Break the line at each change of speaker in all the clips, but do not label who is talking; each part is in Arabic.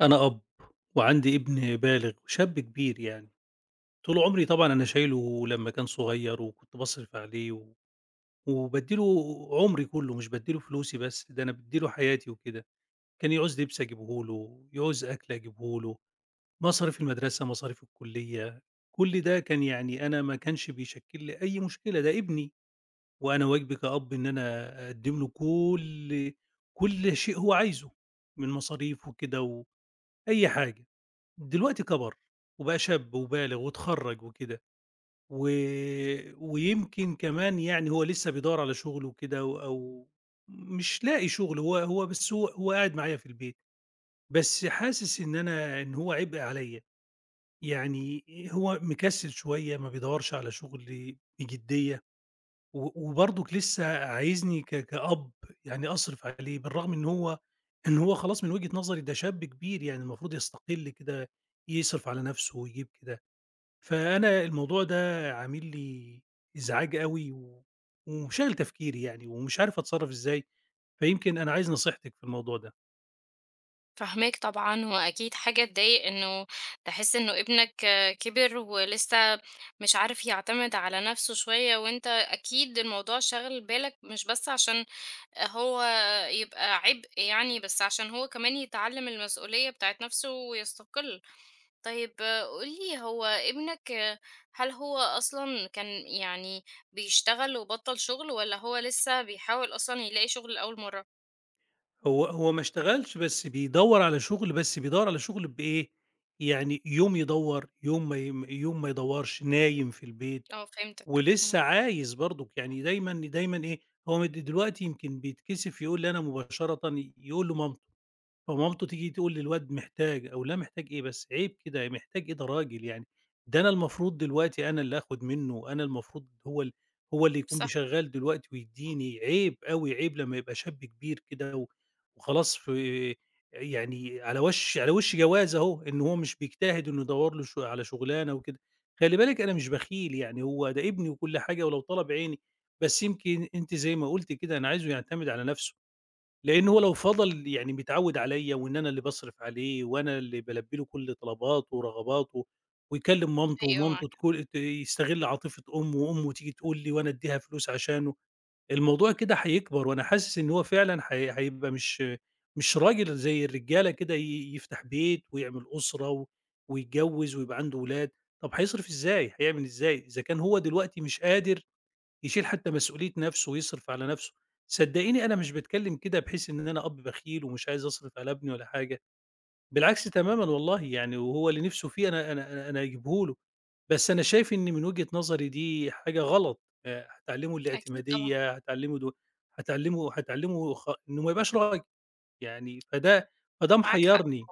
أنا أب، وعندي ابن بالغ وشاب كبير يعني، طول عمري طبعًا أنا شايله لمّا كان صغير وكنت باصرف عليه و وبادّي له عمري كله، مش بادّي له فلوسي بس، ده أنا بادّي له حياتي وكده، كان يعوز لبس أجيبه له، يعوز أكل أجيبه له، مصاريف المدرسة، مصاريف الكلية، كل ده كان يعني أنا ما كانش بيشكّل لي أي مشكلة، ده ابني، وأنا واجبي كأب إن أنا أقدّم له كل شيء هو عايزه، من مصاريف وكده وأي حاجة. دلوقتي كَبَر وبقى شاب وبالغ واتخرّج وكده، و ويمكن كمان يعني هو لسه بيدوّر على شُغل وكده أو مش لاقي شُغل، هو هو بس هو هو قاعد معايا في البيت، بس حاسس إن أنا إن هو عبء عليّا، يعني هو مكسِّل شوية ما بيدوّرش على شُغل بجدية، وبرضُك لسه عايزني كأب يعني أصرِف عليه، بالرغم إن هو خلاص من وجهة نظري ده شاب كبير يعني المفروض يستقل كده، يصرِف على نَفْسه ويجيب كده. فأنا الموضوع ده عامل لي إزعاج أوي وشاغل تفكيري يعني ومش عارف أتصرّف إزاي، فيمكن أنا عايز نصيحتِك في الموضوع ده.
فاهماك طبعًا، وأكيد حاجة تضايق إنه تحس إنه ابنك آه، كبر ولسه مش عارف يعتمد على نفسه شوية، وأنت أكيد الموضوع شاغل بالك مش بس عشان هو يبقى عبء يعني، بس عشان هو كمان يتعلم المسؤولية بتاعة نفسه ويستقل. طيب قُل لي هو ابنك آه، هل هو أصلًا كان يعني بيشتغل وبطّل شغل، والّا هو لسه بيحاول أصلًا يلاقي شغل لأول مرة؟
هو ما اشتغلش بس بيدوّر على شُغل، بس بيدوّر على شُغل بإيه، يعني يوم يدوّر، يوم ما يدوّرش، نايم في البيت
آه فهمتك، إمم،
ولسّه عايز برضُك، يعني دايمًا دايمًا إيه، هو مد دلوقتي يمكن بيتكسف يقول لي أنا مباشرةً، يقول لمامته. فمامته تيجي تقول للواد محتاج، أقول لها محتاج إيه بس؟ عيب كده، يعني محتاج إيه ده راجل يعني، ده أنا المفروض دلوقتي أنا اللي آخُد منّه، أنا المفروض هو اللي يكون
صح،
بيشغّل دلوقتي ويدّيني، عيب أوي، عيب لمّا يبقى شاب كبير كده وخلاص في يعني على وِش جواز أهو، إن هو مش بيجتهد إنه يدوّر له على شُغلانة وكده. خلّي بالِك أنا مش بخيل، يعني هو ده ابني وكل حاجة ولو طلب عيني، بس يمكن أنتِ زي ما قُلتِ كده أنا عايزه يعتمد على نَفْسه. لإن هو لو فضل يعني متعوّد عليّا وإن أنا اللي باصرف عليه وأنا اللي بالبّي له كل طلباته ورغباته ويكلّم مامته
أيوه معاك،
ومامته تكون يستغل عاطفة أمه وأمه تيجي تقول لي وأنا أدّيها فلوس عشانه، الموضوع كده هيكبر وأنا حاسس إن هو فعلًا هيبقى مش راجل زي الرجالة كده يفتح بيت ويعمل أسرة ويتجوّز ويبقى عنده ولاد، طب هيصرف إزاي، هيعمل إزاي؟ إذا كان هو دلوقتي مش قادر يشيل حتى مسؤولية نفسه ويصرف على نفسه. صدقيني أنا مش باتكلّم كده بحيث إن أنا أب بخيل ومش عايز أصرف على ابني ولا حاجة، بالعكس تمامًا والله يعني وهو اللي نِفْسه فيه أنا هاجيبه له، بس أنا شايف إن من وجهة نظري دي حاجة غلط، هتعلّمه
أكيد طبعًا.
الاعتمادية، هتعلّمه إنه ما يبقاش راجل، يعني فده
معاك حق
محيّرني،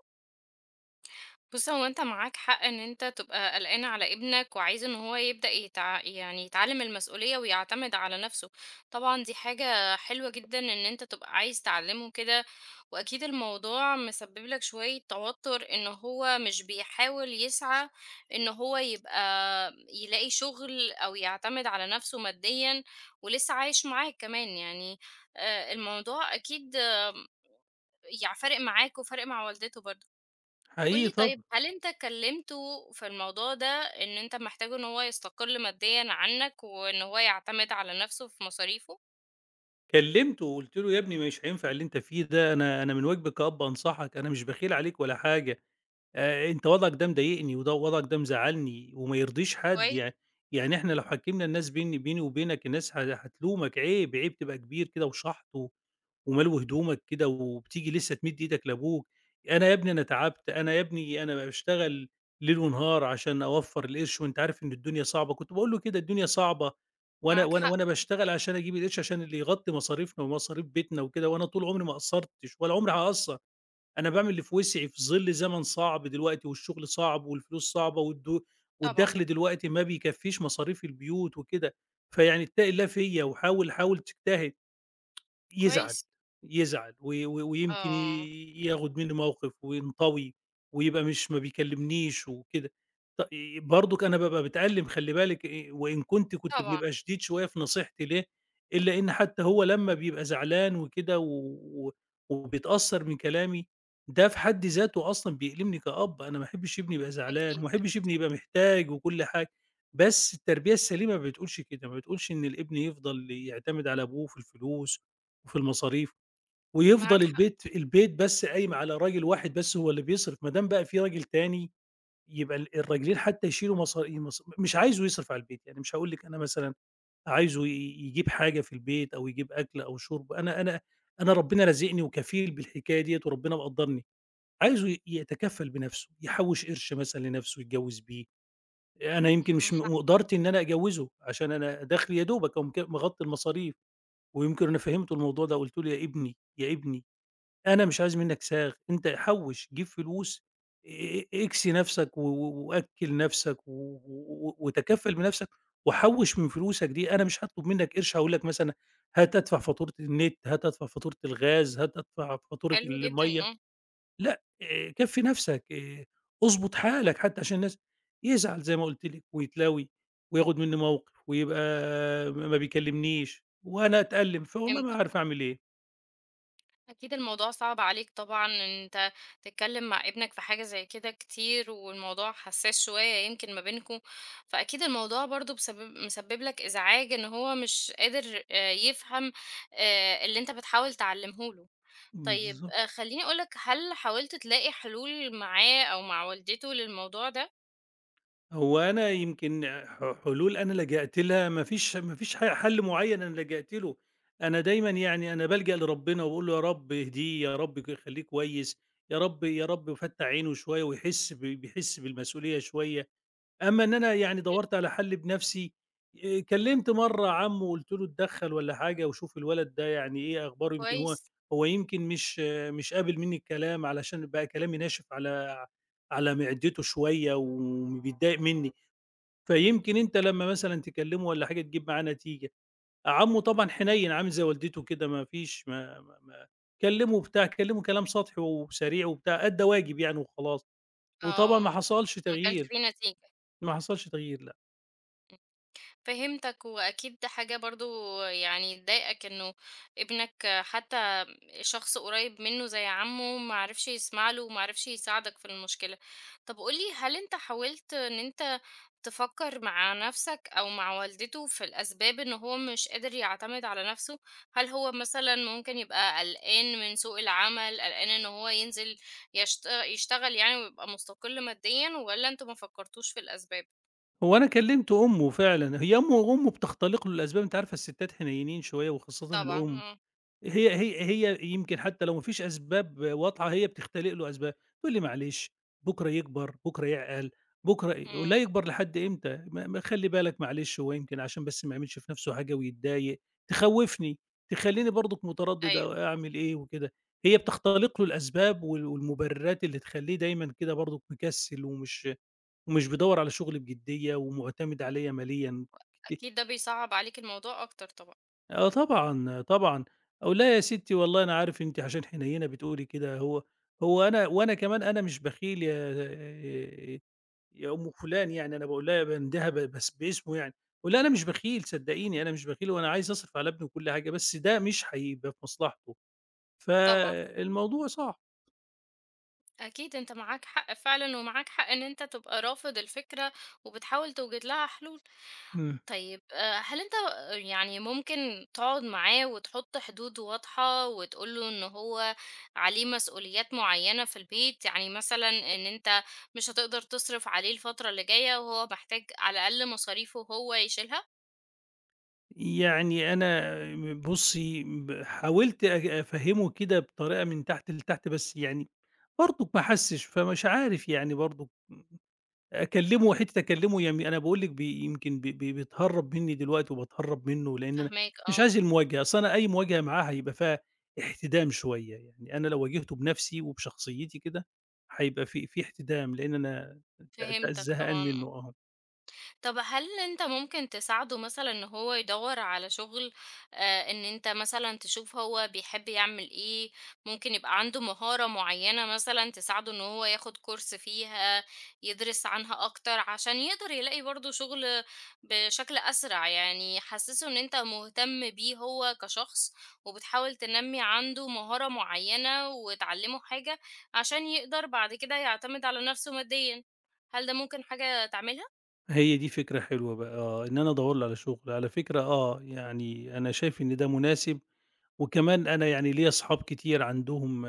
بُص هو أنت معاك حق إن أنت تبقى قلقان على ابنك وعايز إن هو يبدأ يتعلم المسؤولية ويعتمد على نفسه، طبعًا دي حاجة حلوة جدًا إن أنت تبقى عايز تعلمه كده، وأكيد الموضوع مسبب لك شوية توتر إن هو مش بيحاول يسعى إن هو يبقى يلاقي شغل أو يعتمد على نفسه ماديًا، ولسه عايش معاك كمان يعني، الموضوع أكيد فارق معاك وفارق مع والدته برضه. قُل
حقيقي
لي طيب
طبعًا.
هل أنت كلّمته في الموضوع ده، إن أنت محتاج إن هو يستقل ماديًا عنك، وإن هو يعتمد على نَفْسه في مصاريفه؟
كلّمته وقُلت له: "يا ابني مش هينفع اللي أنت فيه ده، أنا من واجبي كأب أنصحك، أنا مش بخيل عليك ولا حاجة، أنت وضعك ده مضايقني وده وضعك ده مزعّلني وما يرضيش حد،
كويس،
يعني يعني إحنا لو حكّمنا الناس بيني وبينك الناس هتلومك، عيب، عيب تبقى كبير كده وشحْط وملْو هدومك كده وبتيجي لسه تمِد إيدك لأبوك، أنا يا ابني أنا تعبت، أنا يا ابني أنا باشتغل ليل ونهار عشان أوفّر القرش وأنت عارف إن الدنيا صعبة، كنت باقول له كده الدنيا صعبة وأنا
معاك
وأنا
حق
وأنا باشتغل عشان أجيب القرش عشان اللي يغطّي مصاريفنا ومصاريف بيتنا وكده وأنا طول عمري ما قصّرتش ولا عمري هاقصّر. أنا باعمل اللي في وسعي في ظل زمن صعب دلوقتي، والشغل صعب، والفلوس صعبة،
طبعًا،
والدخل دلوقتي ما بيكفّيش مصاريف البيوت وكده، فيعني اتَّقِ الله فيّا وحاول تجتهد. يزعل،
كويس،
يزعل و و ويمكن
آه،
ي ياخد منّي موقِف وينطوي ويبقى مش ما بيكلّمنيش وكده. ط ي برضُك أنا بابقى باتألِّم خلّي بالِك، وإن كنت
طبعًا،
بنبقى شديد شوية في نصيحتي ليه، إلا إن حتّى هو لمّا بيبقى زعلان وكده و و- وبيتأثّر من كلامي، ده في حد ذاته أصلًا بيألمني كأب، أنا ما أحبّش ابني يبقى زعلان
أكيد،
وما أحبّش ابني
أكيد،
يبقى محتاج وكل حاجة، بس التربية السليمة ما بتقولش كده، ما بتقولش إن الابن يفضل يعتمد على أبوه في الفلوس وفي المصاريف، ويفضل
معاك حق،
البيت بس قايم على راجل واحد بس هو اللي بيصرف، ما دام بقى في راجل تاني يبقى الراجلين حتى يشيلوا مصاري مص مش عايزه يصرف على البيت، يعني مش هاقول لِك أنا مثلًا عايزه يجيب حاجة في البيت أو يجيب أكل أو شرب، أنا ربنا رازقني وكفيل بالحكاية ديّة وربنا مقدّرني، عايزه يتكفّل بنفسه، يحوّش قرش مثلًا لنفسه يتجوّز بيه، أنا يمكن
اهم،
مش مقدرتي إن أنا أجوّزه عشان أنا دخلي يا دوبك أهو مغطّي المصاريف، ويمكن أنا فهّمته الموضوع ده وقُلت له: "يا ابني، يا ابني أنا مش عايز منّك ساغ، أنت حوّش، جيب فلوس، اكسي نَفْسك و و وأكِّل نَفْسك و و و- وتكفّل بنَفْسك وحوّش من فلوسك دي، أنا مش هاطلب منّك قرش هاقول لك مثلًا هات ادفع فاتورة النت، هات ادفع فاتورة الغاز، هات ادفع فاتورة
حلو جدًا،
المَيّة،
آه،
لأ، كفّي نَفْسك، اضبط حالك حتّى عشان الناس يزعل زي ما قُلت لِك ويتلوي وياخُد منّي موقِف ويبقى ما بيكلّمنيش وأنا أتألّم، فوالله ما
فهمتك، آه.
عارف أعمل إيه.
أكيد الموضوع صعب عليك طبعًا إن أنت تتكلم مع ابنك في حاجة زي كده كتير، والموضوع حساس شوية يمكن ما بينكم، فأكيد الموضوع برضه بسبب مسبب لك إزعاج إن هو مش قادر يفهم اللي أنت بتحاول تعلمه له.
إمم
طيب
بالضبط.
خلّيني أقول لك، هل حاولت تلاقي حلول معاه أو مع والدته للموضوع ده؟
هو أنا يمكن حلول أنا لجأت لها، ما فيش حل معين أنا لجأت له، أنا دايمًا يعني أنا بالجأ لربنا وباقول له: "يا رب اهديه، يا رب خلّيه كويس، يا رب فتّح عينه شوية ويحس ب بيحس بالمسؤولية شوية." أمّا إن أنا يعني دَوّرت على حل بنفسي، كلّمت مرّة عمّه وقُلت له: "اتدخّل والّا حاجة وشوف الولد ده يعني إيه أخباره." يمكن هو
كويس،
هو يمكن مش قابل منّي الكلام علشان بقى كلامي ناشف على على معدته شوية وبيتضايق منّي. فيمكن أنت لمّا مثلًا تكلّمه والّا حاجة تجيب معاه نتيجة. عمّه طبعًا حنيّن عامل زي والدته كده ما فيش ما ما ما كلّمه كلام سطحي وسريع وبتاع، أدّى واجب يعني وخلاص، وطبعًا
آه،
ما حصلش
ما كانش
تغيير،
في نتيجة.
ما حصلش تغيير لأ.
فهمتك، وأكيد ده حاجة برضه يعني تضايقك إنه ابنك حتى شخص قريب منه زي عمه ما عرفش يسمع له وما عرفش يساعدك في المشكلة طب قولي هل انت حاولت ان انت تفكر مع نفسك او مع والدته في الاسباب ان هو مش قادر يعتمد على نفسه هل هو مثلا ممكن يبقى قلقان من سوق العمل قلقان ان هو ينزل يشتغل يعني ويبقى مستقل ماديا ولا انتوا ما فكرتوش في الاسباب
هو أنا كلّمت أمه فعلًا، هي أمه أمه بتختلق له الأسباب، أنتِ عارفة الستات حنيّنين شوية وخاصةً
طبعا
الأم.
اه
هي يمكن حتى لو ما فيش أسباب واضحة هي بتختلق له أسباب، تقول لي معلش، بكرة يكبر، بكرة يعقل، بكرة إيه، ولا
مم.
يكبر لحد إمتى؟ ما ما خلّي بالك معلش هو يمكن عشان بس ما يعملش في نَفْسه حاجة ويتضايق، تخوّفني، تخلّيني برضُك متردد
ايوه
أو أعمل إيه وكده، هي بتختلق له الأسباب والمبررات اللي تخلّيه دايمًا كده برضُك مكسّل ومش ومش بيدوّر على شغل بجدية ومعتمد عليَّ ماليًا، كت
اكيد ده بيصعب عليك الموضوع اكتر طبعا
آه طبعًا، طبعًا. أو "لا يا ستّي والله أنا عارف أنتِ عشان حنيّنة بتقولي كده، هو هو أنا وأنا كمان أنا مش بخيل يا يا أم فلان." يعني أنا باقول لها باندهها بس باسمه يعني، باقول لها: "أنا مش بخيل صدّقيني، أنا مش بخيل وأنا عايز أصرف على ابني وكل حاجة، بس ده مش هيبقى في مصلحته."
طبعا
فالموضوع صعب.
أكيد أنت معاك حق فعلًا، ومعاك حق إن أنت تبقى رافض الفكرة وبتحاول توجد لها حلول.
إمم.
طيب هل أنت يعني ممكن تقعد معاه وتحط حدود واضحة وتقول له إن هو عليه مسؤوليات معينة في البيت، يعني مثلًا إن أنت مش هتقدر تصرف عليه الفترة اللي جاية وهو محتاج على الأقل مصاريفه هو يشيلها؟
يعني أنا بُصّي، حاولت أفهّمه كده بطريقة من تحت لتحت، بس يعني برضُك ما حسّش، فمش عارف يعني برضُك أكلّمه يعني أنا باقول لِك بي يمكن ب ب بيتهرّب منّي دلوقتي وباتهرّب منّه، لإن أنا
فاهماك
مش
آه،
عايز المواجهة، أصل أنا أي مواجهة معاه هيبقى فيها احتدام شوية، يعني أنا لو واجهته بنَفْسي وبشخصيتي كده هيبقى في احتدام، لإن أنا ت ت
فهمتك
زهقان
طبعًا.
منّه
آه.
آه.
طب هل أنت ممكن تساعده مثلًا إن هو يدوّر على شغل، إن أنت مثلًا تشوف هو بيحب يعمل إيه، ممكن يبقى عنده مهارة معيّنة مثلًا تساعده إن هو ياخد كورس فيها، يدرس عنها أكتر، عشان يقدر يلاقي برضه شغل بشكل أسرع، يعني حسّسه إن أنت مهتم بيه هو كشخص، وبتحاول تنمّي عنده مهارة معيّنة وتعلّمه حاجة، عشان يقدر بعد كده يعتمد على نفسه ماديًا. هل ده ممكن حاجة تعملها؟
هي دي فكرة حلوة بقى آه، إن أنا أدوّر له على شُغل، على فكرة آه، يعني أنا شايف إن ده مناسب، وكمان أنا يعني ليّا أصحاب كتير عندهم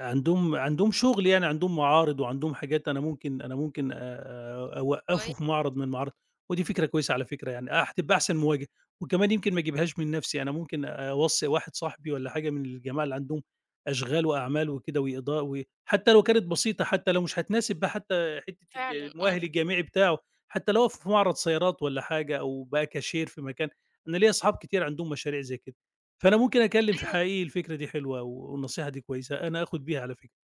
عندهم عندهم شغل يعني، عندهم معارض وعندهم حاجات أنا ممكن أوقّفه في معرض من المعارض، ودي فكرة كويسة على فكرة يعني، هتبقى أحسن مواجهة، وكمان يمكن ما اجيبهاش من نَفْسي، أنا ممكن أوصّي واحد صاحبي والّا حاجة من الجماعة اللي عندهم أشغال وأعمال وكده وإضاءة حتى لو كانت بسيطة، حتى لو مش هتناسب بقى حتى حتّة ال
فعلًا آه.
المؤهل الجامعي بتاعه، حتى لو أقف في معرض سيارات والّا حاجة أو بقى كاشير في مكان، أنا ليّا أصحاب كتير عندهم مشاريع زي كده. فأنا ممكن أكلّم في
أيوه
حقيقي الفكرة دي حلوة والنصيحة دي كويسة، أنا آخُد بيها على فكرة.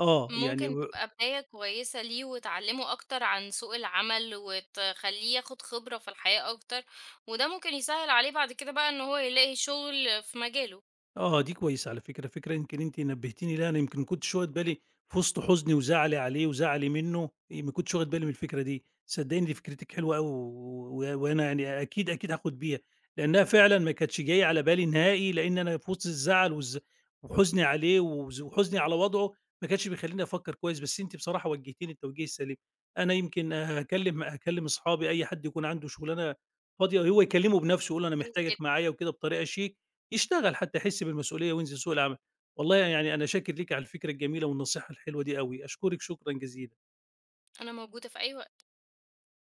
آه، يعني
ممكن
و
تبقى بداية كويسة ليه وتعلّمه أكتر عن سوق العمل وتخلّيه ياخد خبرة في الحياة أكتر، وده ممكن يسهّل عليه بعد كده بقى إن هو يلاقي شغل في مجاله.
آه، دي كويسة على فكرة، فكرة يمكن أنتِ نبهتيني ليها، أنا يمكن كنتش واخد بالي في وسط حزني وزعلي عليه وزعلي منه، إيه، ما كنتش واخد بالي من الفكرة دي، صدقيني دي فكرتِك حلوة أوي وأنا يعني أكيد، أكيد هاخد بيها، لأنها فعلًا ما كانتش جاية على بالي نهائي، لأن أنا في وسط الزعل والز وحزني عليه وحزني على وضعه ما كانش بيخلّيني أفكر كويس، بس أنتِ بصراحة وجهتيني التوجيه السليم. أنا يمكن هاكلم أصحابي، أي حد يكون عنده شغلانة فاضية هو يكلمه بنفسه، يقول له أنا
كويس
محتاجك
جدًا،
معايا وكده بطريقة شيك، يشتغل حتى يحس بالمسؤولية وينزل سوق العمل. والله يعني أنا شاكر ليكِ على الفكرة الجميلة والنصيحة الحلوة دي أوي، أشكرِك شكرًا جزيلًا.
أنا موجودة في أي وقت.